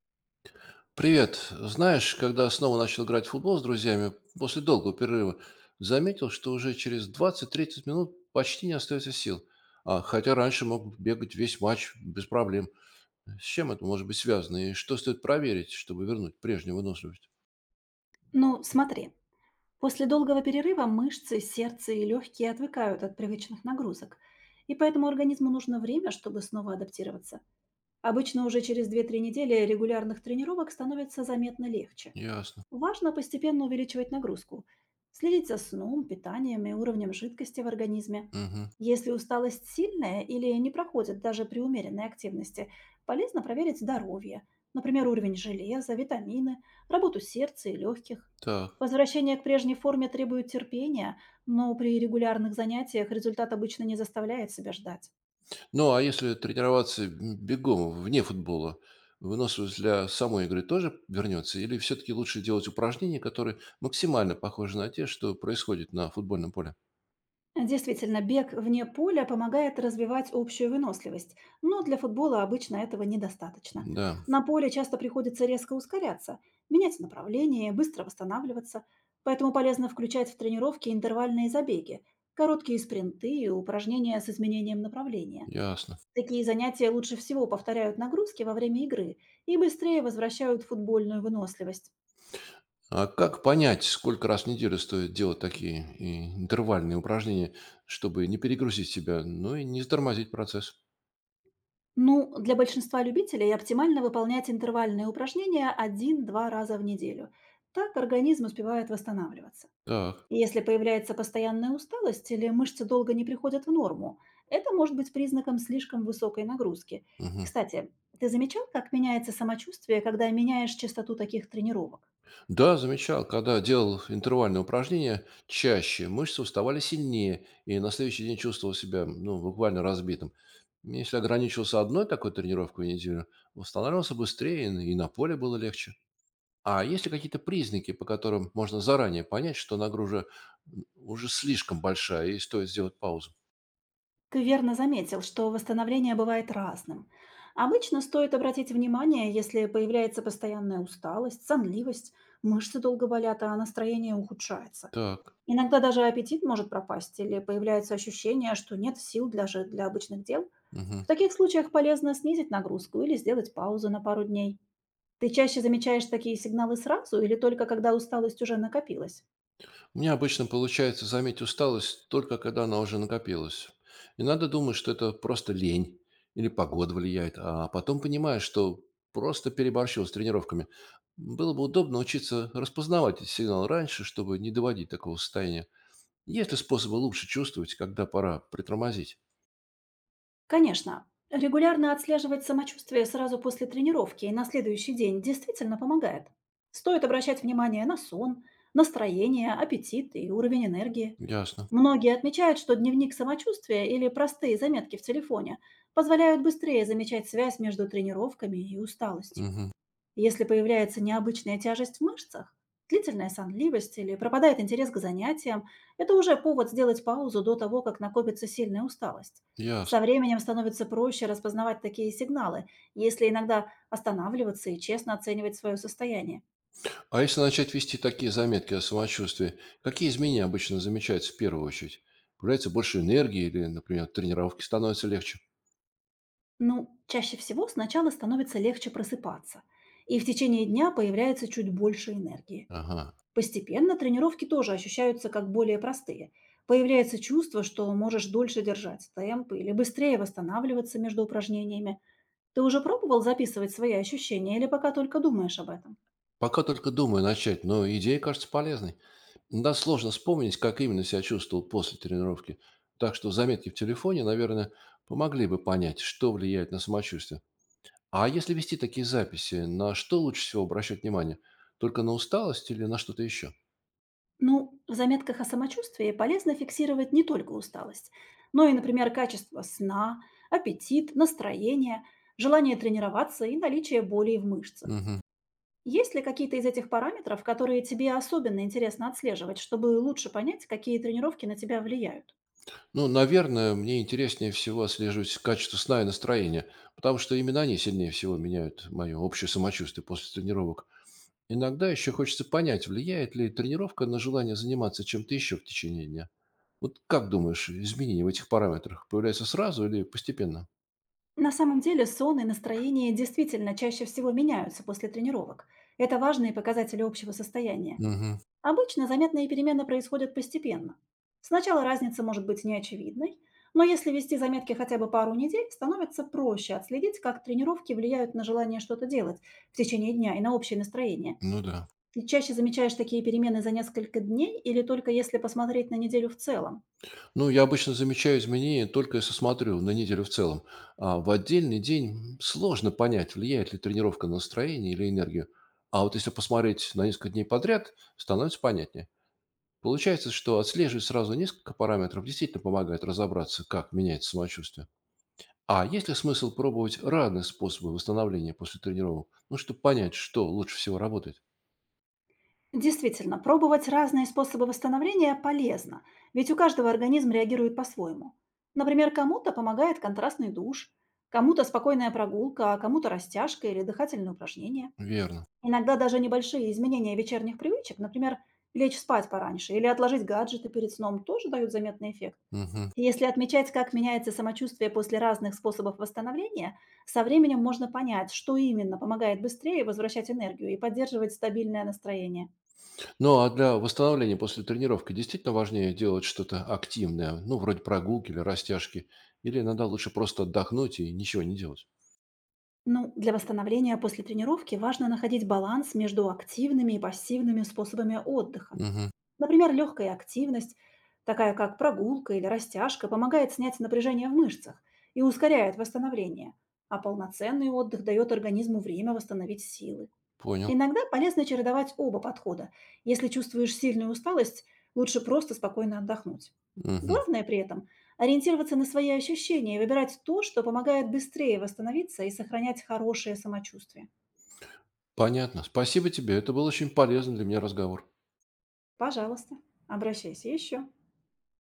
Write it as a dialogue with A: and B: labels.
A: Привет. Знаешь, когда снова начал играть в футбол с друзьями, после долгого перерыва, заметил, что уже через двадцать-тридцать минут почти не остается сил. А, хотя раньше мог бегать весь матч без проблем. С чем это может быть связано и что стоит проверить, чтобы вернуть прежнюю выносливость?
B: Ну, смотри, после долгого перерыва мышцы, сердце и легкие отвыкают от привычных нагрузок, и поэтому организму нужно время, чтобы снова адаптироваться. Обычно уже через две-три недели регулярных тренировок становится заметно легче.
A: Ясно.
B: Важно постепенно увеличивать нагрузку, следить за сном, питанием и уровнем жидкости в организме.
A: Мгм.
B: Если усталость сильная или не проходит даже при умеренной активности, полезно проверить здоровье, например, уровень железа, витамины, работу сердца и легких.
A: Так.
B: Возвращение к прежней форме требует терпения, но при регулярных занятиях результат обычно не заставляет себя ждать.
A: Ну, а если тренироваться бегом вне футбола, выносливость для самой игры тоже вернется? Или все-таки лучше делать упражнения, которые максимально похожи на те, что происходит на футбольном поле?
B: Действительно, бег вне поля помогает развивать общую выносливость, но для футбола обычно этого недостаточно.
A: Да,
B: На поле часто приходится резко ускоряться, менять направление, быстро восстанавливаться, поэтому полезно включать в тренировки интервальные забеги, короткие спринты и упражнения с изменением направления.
A: ясно.
B: Такие занятия лучше всего повторяют нагрузки во время игры и быстрее возвращают футбольную выносливость.
A: А как понять, сколько раз в неделю стоит делать такие интервальные упражнения, чтобы не перегрузить себя, но и не затормозить процесс?
B: Ну, для большинства любителей оптимально выполнять интервальные упражнения один-два раза в неделю. Так организм успевает восстанавливаться.
A: Так.
B: И если появляется постоянная усталость или мышцы долго не приходят в норму, это может быть признаком слишком высокой нагрузки.
A: Мгм.
B: Кстати, ты замечал, как меняется самочувствие, когда меняешь частоту таких тренировок?
A: Да, замечал, когда делал интервальные упражнения, чаще мышцы уставали сильнее, и на следующий день чувствовал себя, ну, буквально разбитым. Если ограничивался одной такой тренировкой в неделю, восстанавливался быстрее, и на поле было легче. А есть ли какие-то признаки, по которым можно заранее понять, что нагрузка уже слишком большая и стоит сделать паузу?
B: Ты верно заметил, что восстановление бывает разным. Обычно стоит обратить внимание, если появляется постоянная усталость, сонливость, мышцы долго болят, а настроение ухудшается.
A: Так.
B: Иногда даже аппетит может пропасть или появляется ощущение, что нет сил для, для обычных дел.
A: Мгм.
B: В таких случаях полезно снизить нагрузку или сделать паузу на пару дней. Ты чаще замечаешь такие сигналы сразу или только когда усталость уже накопилась?
A: У меня обычно получается заметить усталость только когда она уже накопилась. И надо думать, что это просто лень или погода влияет, а потом понимаешь, что просто переборщил с тренировками. Было бы удобно учиться распознавать эти сигналы раньше, чтобы не доводить такого состояния. Есть ли способы лучше чувствовать, когда пора притормозить?
B: Конечно, регулярно отслеживать самочувствие сразу после тренировки и на следующий день действительно помогает. Стоит обращать внимание на сон, настроение, аппетит и уровень энергии.
A: Ясно.
B: Многие отмечают, что дневник самочувствия или простые заметки в телефоне позволяют быстрее замечать связь между тренировками и усталостью.
A: Мгм.
B: Если появляется необычная тяжесть в мышцах, длительная сонливость или пропадает интерес к занятиям, это уже повод сделать паузу до того, как накопится сильная усталость. Со
A: Ясно.
B: временем становится проще распознавать такие сигналы, если иногда останавливаться и честно оценивать свое состояние.
A: А если начать вести такие заметки о самочувствии, какие изменения обычно замечаются в первую очередь? Появляется больше энергии или, например, тренировки становятся легче?
B: Ну, чаще всего сначала становится легче просыпаться, и в течение дня появляется чуть больше энергии.
A: Ага.
B: Постепенно тренировки тоже ощущаются как более простые. Появляется чувство, что можешь дольше держать темп или быстрее восстанавливаться между упражнениями. Ты уже пробовал записывать свои ощущения или пока только думаешь об этом?
A: Пока только думаю начать, но идея кажется полезной. Да, сложно вспомнить, как именно себя чувствовал после тренировки. Так что заметки в телефоне, наверное, помогли бы понять, что влияет на самочувствие. А если вести такие записи, на что лучше всего обращать внимание? Только на усталость или на что-то еще?
B: Ну, в заметках о самочувствии полезно фиксировать не только усталость, но и, например, качество сна, аппетит, настроение, желание тренироваться и наличие боли в мышцах.
A: Мгм.
B: Есть ли какие-то из этих параметров, которые тебе особенно интересно отслеживать, чтобы лучше понять, какие тренировки на тебя влияют?
A: Ну, наверное, мне интереснее всего отслеживать качество сна и настроение, потому что именно они сильнее всего меняют мое общее самочувствие после тренировок. Иногда еще хочется понять, влияет ли тренировка на желание заниматься чем-то еще в течение дня. Вот как думаешь, изменения в этих параметрах появляются сразу или постепенно?
B: На самом деле сон и настроение действительно чаще всего меняются после тренировок. Это важные показатели общего состояния.
A: Угу.
B: Обычно заметные перемены происходят постепенно. Сначала разница может быть неочевидной, но если вести заметки хотя бы пару недель, становится проще отследить, как тренировки влияют на желание что-то делать в течение дня и на общее настроение.
A: Ну да.
B: Ты чаще замечаешь такие перемены за несколько дней или только если посмотреть на неделю в целом?
A: Ну, я обычно замечаю изменения только если смотрю на неделю в целом. А в отдельный день сложно понять, влияет ли тренировка на настроение или энергию. А вот если посмотреть на несколько дней подряд, становится понятнее. Получается, что отслеживать сразу несколько параметров действительно помогает разобраться, как меняется самочувствие. А есть ли смысл пробовать разные способы восстановления после тренировок? Ну, чтобы понять, что лучше всего работает.
B: Действительно, пробовать разные способы восстановления полезно, ведь у каждого организм реагирует по-своему. Например, кому-то помогает контрастный душ, кому-то спокойная прогулка, а кому-то растяжка или дыхательные упражнения.
A: Верно.
B: Иногда даже небольшие изменения вечерних привычек, например, лечь спать пораньше или отложить гаджеты перед сном, тоже дают заметный эффект.
A: Мгм.
B: И если отмечать, как меняется самочувствие после разных способов восстановления, со временем можно понять, что именно помогает быстрее возвращать энергию и поддерживать стабильное настроение.
A: Ну, а для восстановления после тренировки действительно важнее делать что-то активное, ну, вроде прогулки или растяжки, или иногда лучше просто отдохнуть и ничего не делать?
B: Ну, для восстановления после тренировки важно находить баланс между активными и пассивными способами отдыха.
A: Мгм.
B: Например, легкая активность, такая как прогулка или растяжка, помогает снять напряжение в мышцах и ускоряет восстановление, а полноценный отдых дает организму время восстановить силы.
A: Понял.
B: Иногда полезно чередовать оба подхода. Если чувствуешь сильную усталость, лучше просто спокойно отдохнуть.
A: Мгм.
B: Главное при этом– ориентироваться на свои ощущения и выбирать то, что помогает быстрее восстановиться и сохранять хорошее самочувствие.
A: Понятно. Спасибо тебе. Это был очень полезный для меня разговор.
B: Пожалуйста, обращайся еще.